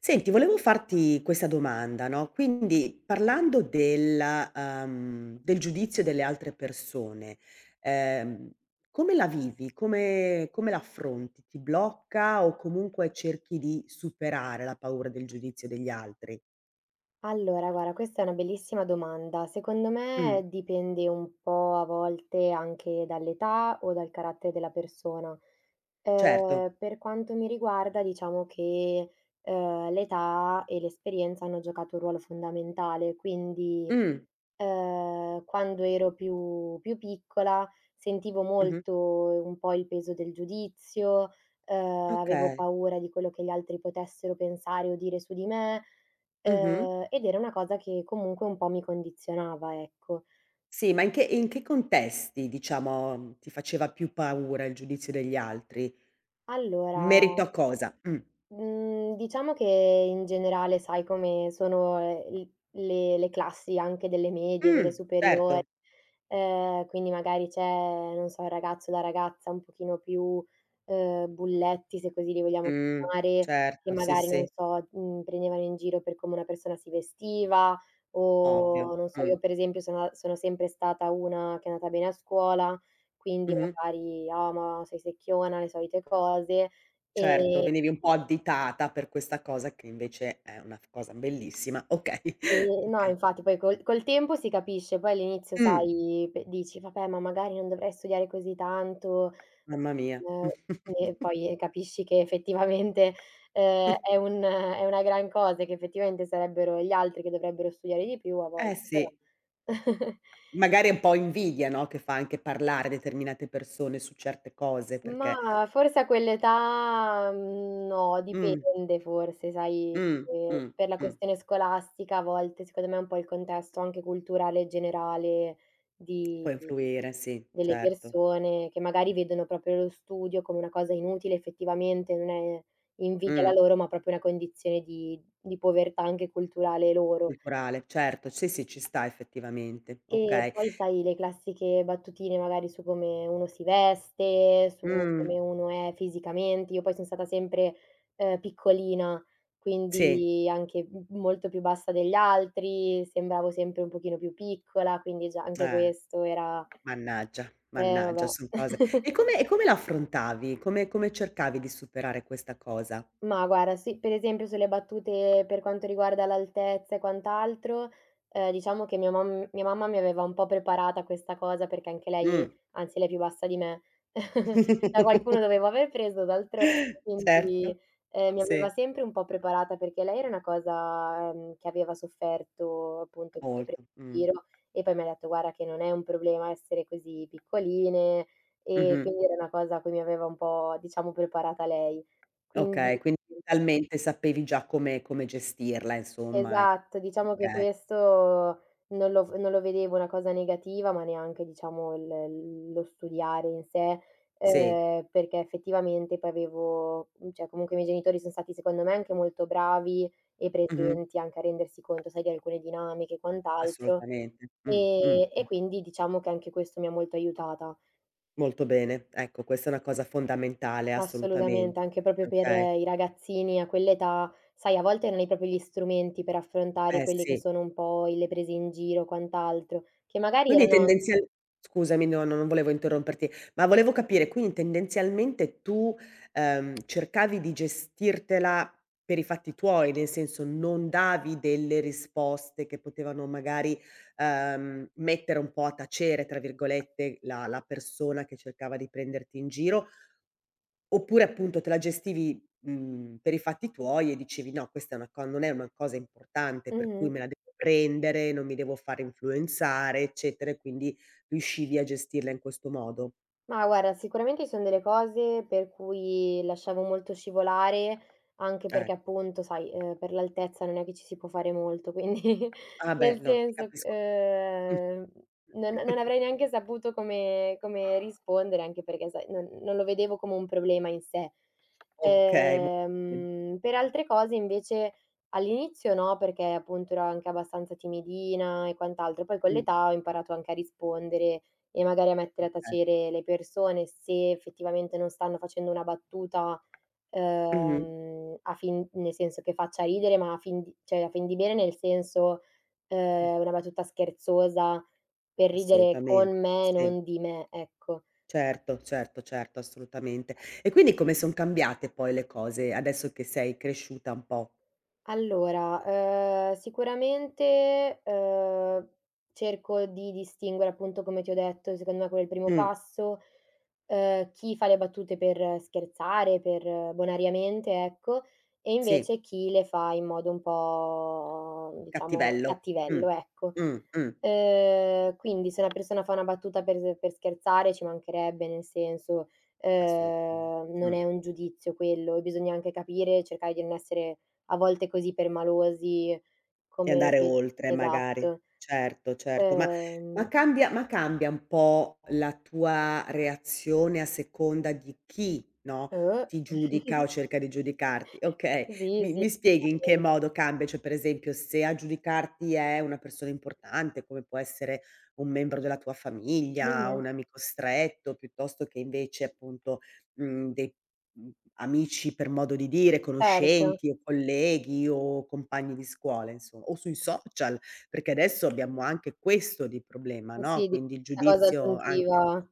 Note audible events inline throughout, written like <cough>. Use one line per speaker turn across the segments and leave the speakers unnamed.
Senti, volevo farti questa domanda, no, quindi parlando del giudizio delle altre persone, ehm, come la vivi? Come la affronti? Ti blocca o comunque cerchi di superare la paura del giudizio degli altri?
Allora, guarda, questa è una bellissima domanda. Secondo
Mh,
me dipende un po' a volte anche dall'età o dal carattere della persona.
certo.
Per quanto mi riguarda diciamo che, l'età e l'esperienza hanno giocato un ruolo fondamentale. quindi
Mh,
Ehm, quando ero più piccola sentivo
mh-mh.
molto un po' il peso del giudizio. ehm, Avevo
Okay.
paura di quello che gli altri potessero pensare o dire su di me.
Mh-mh.
Ed era una cosa che comunque un po' mi condizionava, ecco.
Sì, ma in che contesti, diciamo, ti faceva più paura il giudizio degli altri? In merito
Allora,
a cosa? Mh.
Mhmm, diciamo che in generale sai come sono, l le classi anche delle medie, delle superiori,
Certo.
quindi magari c'è, non so, il ragazzo o la ragazza un pochino più, bulletti, se così li vogliamo
Mh,
chiamare, che
certo, sì,
magari, non
sì,
so, prendevano in giro per come una persona si vestiva
ovvio.
o non so,
Mh,
io per esempio sono sempre stata una che è andata bene a scuola, quindi
mh-mh,
magari: "Ah, ma sei secchiona", le solite cose.
certo,
Ehm
venivi un po' additata per questa cosa che invece è una f cosa bellissima. Okay, <laughs>
No,
okay.
infatti poi col tempo si capisce, poi all'inizio
Mh,
sai pe dici: "Vabbè, ma magari non dovrei studiare così tanto",
mamma mia.
ehm, e
<laughs>
poi capisci che effettivamente, è un è una gran cosa e che effettivamente sarebbero gli altri che dovrebbero studiare di più a
Eh
volte, però
sì,
<laughs>
magari è un po' invidia, no, che fa anche parlare determinate persone su certe cose perché
ma forse a quell'età, no,
mh,
dipende forse, sai,
mh, mh,
per la
mh,
questione scolastica a volte secondo me un po' il contesto anche culturale generale di
può influire, sì,
delle
certo.
persone che magari vedono proprio lo studio come una cosa inutile, effettivamente non è invidia la
Mh,
loro, ma proprio una condizione di povertà anche culturale loro.
culturale, certo, sì, sì, ci sta effettivamente,
E
okay.
poi sai le classiche battutine magari su come uno si veste, su
Mh,
come uno è fisicamente. Io poi son stata sempre, piccolina,
sì,
quindi anche m molto più bassa degli altri, sembravo sempre un pochino più piccola, quindi già anche
eh.
questo era
Mannaggia, mannaggia,
vabbè.
son cose e come la affrontavi? Come cercavi di superare questa cosa?
Ma guarda, sì, per esempio sulle battute per quanto riguarda l'altezza e quant'altro, diciamo che mia mamma mi aveva un po' preparata a questa cosa perché anche lei,
Mh.
anzi, lei è più bassa di me. <laughs> Da qualcuno
<laughs>
dovevo aver preso d'altronde, quindi,
Certo,
mi aveva
sì,
sempre un po' preparata perché lei era una cosa, che aveva sofferto appunto come presa
molto,
in
mh.
giro, e poi mi ha detto: "Guarda che non è un problema essere così piccoline", e
Mh-mh.
quindi era una cosa a cui mi aveva un po' diciamo preparata lei. Quindi
Okay, quindi talmente sapevi già come gestirla insomma, e
esatto, diciamo che
okay,
questo non lo vedevo una cosa negativa, ma neanche diciamo il lo studiare in sé,
sì,
perché effettivamente poi avevo cioè comunque i miei genitori son stati secondo me anche molto bravi e
mh-mh,
presenti anche a rendersi conto, sai, di alcune dinamiche e quant'altro,
assolutamente.
e quindi diciamo che anche questo mi ha molto aiutata.
Molto bene, ecco questa è una cosa fondamentale
Assolutamente,
assolutamente.
anche proprio per
Okay,
i ragazzini a quell'età, sai, a volte non hai proprio gli strumenti per affrontare
eh
quelli che
sì.
sono un po' i le prese in giro o quant'altro, che magari
Quindi
erano an,
tendenzial scusami, no, no, non volevo interromperti, ma volevo capire, quindi tendenzialmente tu, cercavi di gestirtela per i fatti tuoi, nel senso non davi delle risposte che potevano magari, mettere un po' "a tacere", tra virgolette, la persona che cercava di prenderti in giro. Oppure appunto te la gestivi, per i fatti tuoi e dicevi: "No, questa è una co non è una cosa importante per
mh-mh.
cui me la devo prendere, non mi devo far influenzare, eccetera", e quindi riuscivi a gestirla in questo modo?
Ma guarda, sicuramente ci son delle cose per cui lasciavo molto scivolare, anche perché
Ecco.
appunto, sai, per l'altezza non è che ci si può fare molto, quindi <laughs>
Ah beh,
nel
no, ti
senso,
capisco. Mh.
non
<laughs>
avrei neanche saputo come rispondere, anche perché sai, non lo vedevo come un problema in sé.
Okay, molto bene.
Per altre cose invece all'inizio no, perché appunto ero anche abbastanza timidina e quant'altro, poi con
Mh,
l'età ho imparato anche a rispondere e magari a mettere a
okay.
tacere le persone se effettivamente non stanno facendo una battuta,
Mh-mh.
a fin nel senso che faccia ridere, ma a fin di cioè a fin di bene, nel senso,
Mh.
una battuta scherzosa per ridere
Assolutamente.
con me,
Sì.
non di me, ecco.
Certo, certo, certo, assolutamente. E quindi come son cambiate poi le cose adesso che sei cresciuta un po'?
Allora, sicuramente, cerco di distinguere, appunto, come ti ho detto, secondo me quello è il primo
Mh,
passo, chi fa le battute per scherzare, per bonariamente, ecco, e
sì.
invece chi le fa in modo un po', diciamo,
Cattivello. Mh.
cattivello, ecco.
Mh, mh.
Quindi se una persona fa una battuta per scherzare, ci mancherebbe, nel senso,
Assolutamente.
non
Mh.
è un giudizio quello, e bisogna anche capire, cercare di non essere a volte così permalosi
E
come
andare
ve,
oltre magari.
esatto.
Certo, certo. Ma
Ehm
cambia un po' la tua reazione a seconda di chi, no,
eh.
ti giudica o
<laughs>
cerca di giudicarti. Okay,
Sì,
mi
sì.
mi spieghi in che
<unintelligible>
modo cambia? Cioè, per esempio, se a giudicarti è una persona importante, come può essere un membro della tua famiglia,
Mh-mh.
un amico stretto, piuttosto che invece appunto, dei Mhmm, amici per modo di dire,
Certo.
conoscenti o colleghi o compagni di scuola insom o sui social, perché adesso abbiamo anche questo di problema,
Eh
no,
sì, di
quindi il
questa cosa
giudizio anche
aggiuntiva.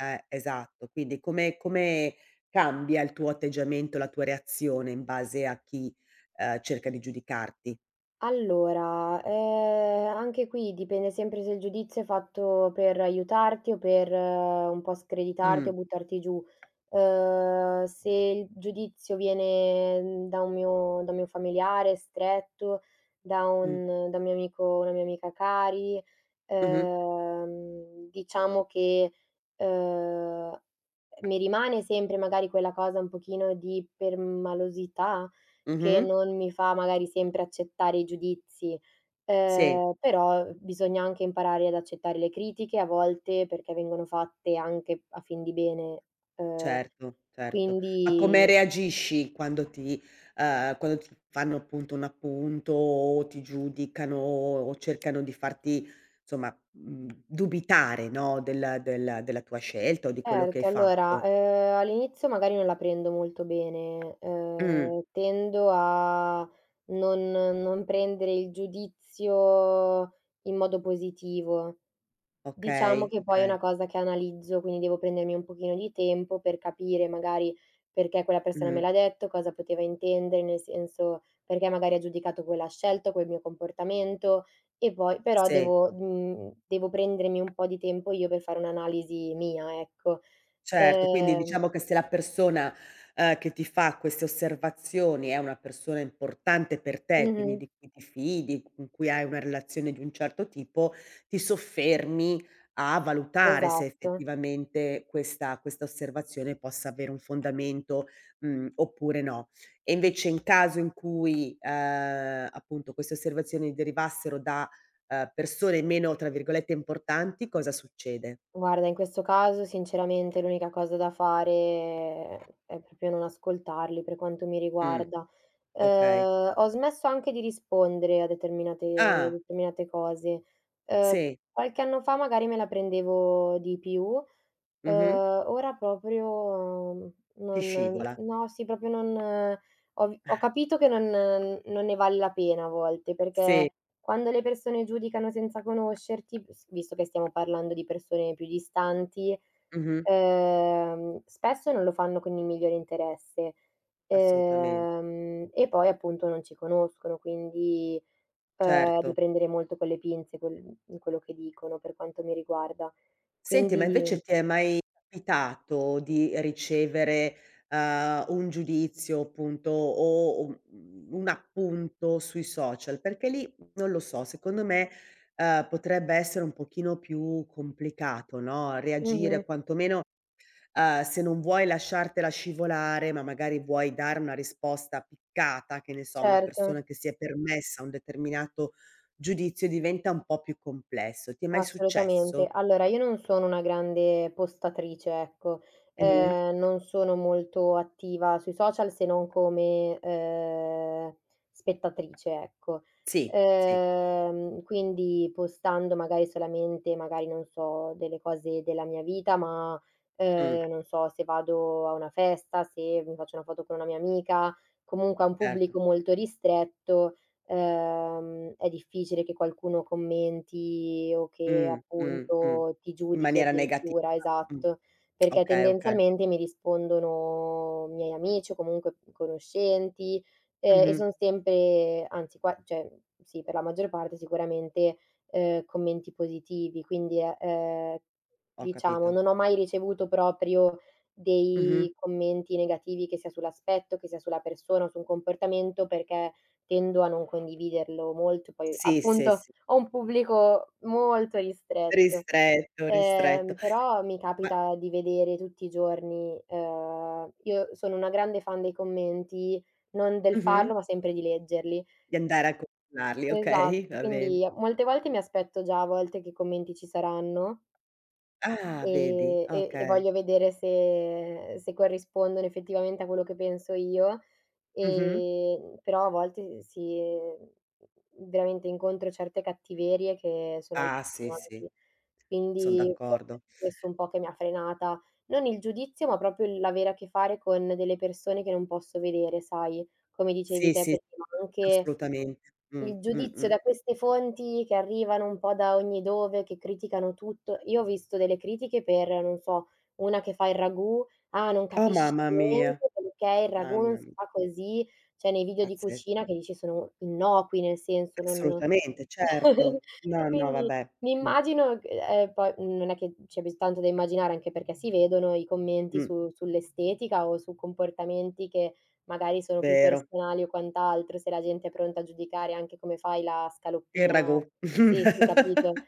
esatto. Quindi come cambia il tuo atteggiamento, la tua reazione in base a chi, cerca di giudicarti?
Allora, anche qui dipende sempre se il giudizio è fatto per aiutarti o per un po' screditarti o
Mh,
buttarti giù. Se il giudizio viene, da un mio familiare stretto,
mh.
da un mio amico, una mia amica cari,
Mh-mh,
diciamo che, uhm, mi rimane sempre magari quella cosa un pochino di permalosità, che
mh-mh.
non mi fa magari sempre accettare i giudizi,
Sì.
però bisogna anche imparare ad accettare le critiche a volte perché vengono fatte anche a fin di bene. Ehm,
Certo, certo. Ma come
quindi
reagisci quando ti fanno appunto un appunto o ti giudicano o cercano di farti insomma, dubitare, no, del della tua scelta o di quello che hai
certo. Allora,
fatto?
all'inizio magari non la prendo molto bene,
Mh,
tendo a non prendere il giudizio in modo positivo. Diciamo
okay,
che poi è una
okay.
cosa che analizzo, quindi devo prendermi un pochino di tempo per capire magari perché quella persona me
Mh,
l'ha detto, cosa poteva intendere, nel senso perché magari ha giudicato quella scelta, quel mio comportamento, e poi però
sì.
devo devo prendermi un po' di tempo io per fare un'analisi mia, ecco.
Certo, quindi
Ehm
diciamo che se la persona, che ti fa queste osservazioni è una persona importante per te,
mh-mh,
quindi di cui ti fidi, con cui hai una relazione di un certo tipo, ti soffermi a valutare se
esatto.
effettivamente questa osservazione possa avere un fondamento, oppure no. E invece in caso in cui, appunto queste osservazioni derivassero da, persone meno, tra virgolette, "importanti", cosa succede?
Guarda, in questo caso sinceramente l'unica cosa da fare è proprio non ascoltarli, per quanto mi
Mh,
riguarda.
okay.
Ho smesso anche di rispondere a
Ah.
determinate cose. Ehm,
Sì,
Qualche anno fa magari me la prendevo di più.
mh-mh,
Ora proprio,
ti
non
scivola.
no, sì, proprio non ho capito che non ne vale la pena a volte,
Sì,
perché quando le persone giudicano senza conoscerti, s visto che stiamo parlando di persone più distanti,
mh-mh,
spesso non lo fanno con il migliore interesse.
assolutamen
E poi appunto non ci conoscono, quindi, devo
certo.
prendere molto con le pinze quello che dicono, per quanto mi riguarda.
Senti, ma
Quindi
invece ti è mai capitato di ricevere, un giudizio appunto o un appunto sui social? Perché lì, non lo so, secondo me, potrebbe essere un pochino più complicato, no,
mh-mh.
reagire quantomeno. Se non vuoi lasciartela scivolare, ma magari vuoi dare una risposta piccata, che ne so, a una
Certo,
persona che si è permessa un determinato giudizio, diventa un po' più complesso. Ti è mai
assolutamente.
successo?
Allora, io non sono una grande postatrice, ecco.
Mh-mh.
Non sono molto attiva sui social se non come, spettatrice, ecco.
Sì, sì.
Quindi postando magari solamente, magari non so, delle cose della mia vita, ma,
Mh,
non so, se vado a una festa, se mi faccio una foto con una mia amica, comunque a un pubblico
certo.
molto ristretto, è difficile che qualcuno commenti o che
Mh, mh, mh.
appunto ti
In
giudichi
maniera negativa.
addirittura,
Mh.
esatto, perché
Okay, okay.
tendenzialmente mi rispondono miei amici o comunque conoscenti, e
Mh-mh.
son sempre, anzi qua cioè sì, per la maggior parte sicuramente, commenti positivi, quindi è
Ho
diciamo
capito.
non ho mai ricevuto proprio
Mh-mh.
dei commenti negativi, che sia sull'aspetto, che sia sulla persona o su un comportamento, perché tendo a non condividerlo molto, poi
Sì, sì,
appunto
sì.
ho un pubblico molto ristretto,
Ristretto, ristretto.
però mi
Ma
capita di vedere tutti i giorni, io sono una grande fan dei commenti, non del farlo,
mh-mh.
ma sempre di leggerli.
Di andare a controllarli,
Esatto,
okay, va bene.
quindi molte volte mi aspetto già a volte che i commenti ci saranno,
Ah, vedi,
e
okay.
voglio vedere se corrispondono effettivamente a quello che penso io.
Mh-mh.
Però a volte si veramente incontro certe cattiverie che sono
Ah, sì,
allucinanti.
sì, son
Quindi forse è
d'accordo.
questo un po' che mi ha frenata. Non il giudizio, ma proprio il l'avere a che fare con delle persone che non posso vedere, sai, come dicevi
Sì,
te
sì,
prima, anche
assolutamente.
il giudizio da queste fonti che arrivano un po' da ogni dove, che criticano tutto. Io ho visto delle critiche per, non so, una che fa il ragù: "Ah, non
Oh,
capisci niente perché il ragù non
mamma
si
mia,
fa così", cioè nei video di
pazzes
cucina, che dici sono innocui, nel senso non
assolutamente,
<laughs>
certo. No, no,
quindi
vabbè.
mi
Mh,
immagino g poi non è che c'è bis tanto da immaginare, anche perché si vedono i commenti
mh,
su sull'estetica o su comportamenti che magari sono più
vero.
personali o quant'altro, se la gente è pronta a giudicare anche come fai la
Il
scaloppina,
ragù.
sì, sì, capito.
<laughs>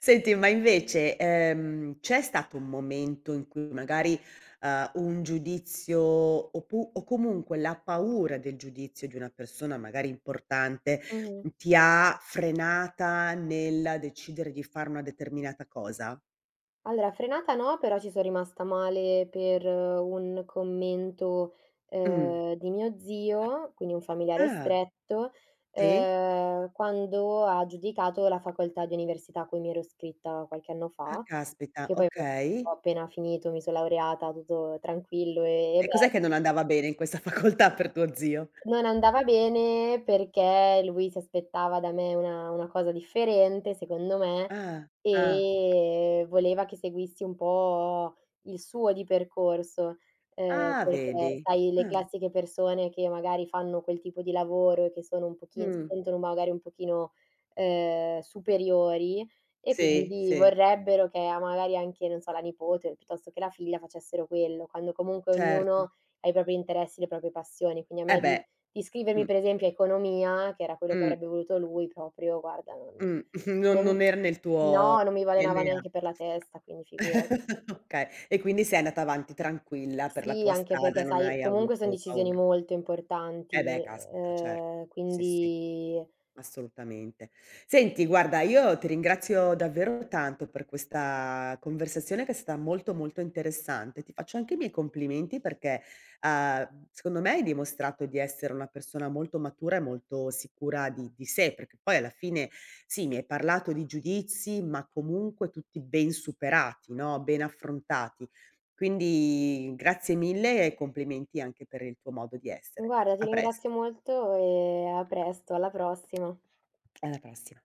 Senti, ma invece, c'è stato un momento in cui magari, un giudizio oppu o comunque la paura del giudizio di una persona magari importante,
Mh-mh.
ti ha frenata nel decidere di fare una determinata cosa?
Allora, frenata no, però ci sono rimasta male per un commento,
Mh.
di mio zio, quindi un familiare
Ah,
stretto,
sì?
quando ha giudicato la facoltà di università a cui mi ero iscritta qualche anno
Ah,
fa,
caspita,
che poi ho
okay.
appena finito, mi so laureata, tutto tranquillo e
E cos'è che
bello.
non andava bene in questa <laughs> facoltà per tuo zio?
Non andava bene perché lui si aspettava da me una cosa differente, secondo me,
Ah, ah,
e voleva che seguissi un po' il suo di percorso,
ah
perché
vedi.
sai le
Ah,
classiche persone che magari fanno quel tipo di lavoro e che sono un pochin, si
mh.
sentono magari un pochino, superiori, e
Sì,
quindi
sì,
vorrebbero che a magari anche, non so, la nipote piuttosto che la figlia facessero quello, quando comunque
certo.
ognuno ha i propri interessi, le proprie passioni. Quindi a
Eh
me
beh,
di iscrivermi
mh,
per esempio a economia, che era quello che
mh,
avrebbe voluto lui proprio, guarda non
mh, <laughs> non
non
non era nel tuo
no, non mi balenava
DNA.
neanche per la testa, quindi figurati.
<laughs> Okay, e quindi sei andata avanti tranquilla per la
Sì,
tua
anche
strada,
perché
non
sai,
hai
comunque son
avuto
decisioni
paura.
molto importanti,
Eh beh, caspita, certo. Sì, sì.
quindi
Assolutamente. Senti guarda, io ti ringrazio davvero tanto per questa conversazione che è stata molto, molto interessante. Ti faccio anche i miei complimenti perché, secondo me hai dimostrato di essere una persona molto matura e molto sicura di sé, perché poi alla fine sì, mi hai parlato di giudizi, ma comunque tutti ben superati, no, ben affrontati. Quindi grazie mille e complimenti anche per il tuo modo di essere.
guarda ti
A
ringrazio
presto.
molto e a presto, alla prossima.
Alla prossima.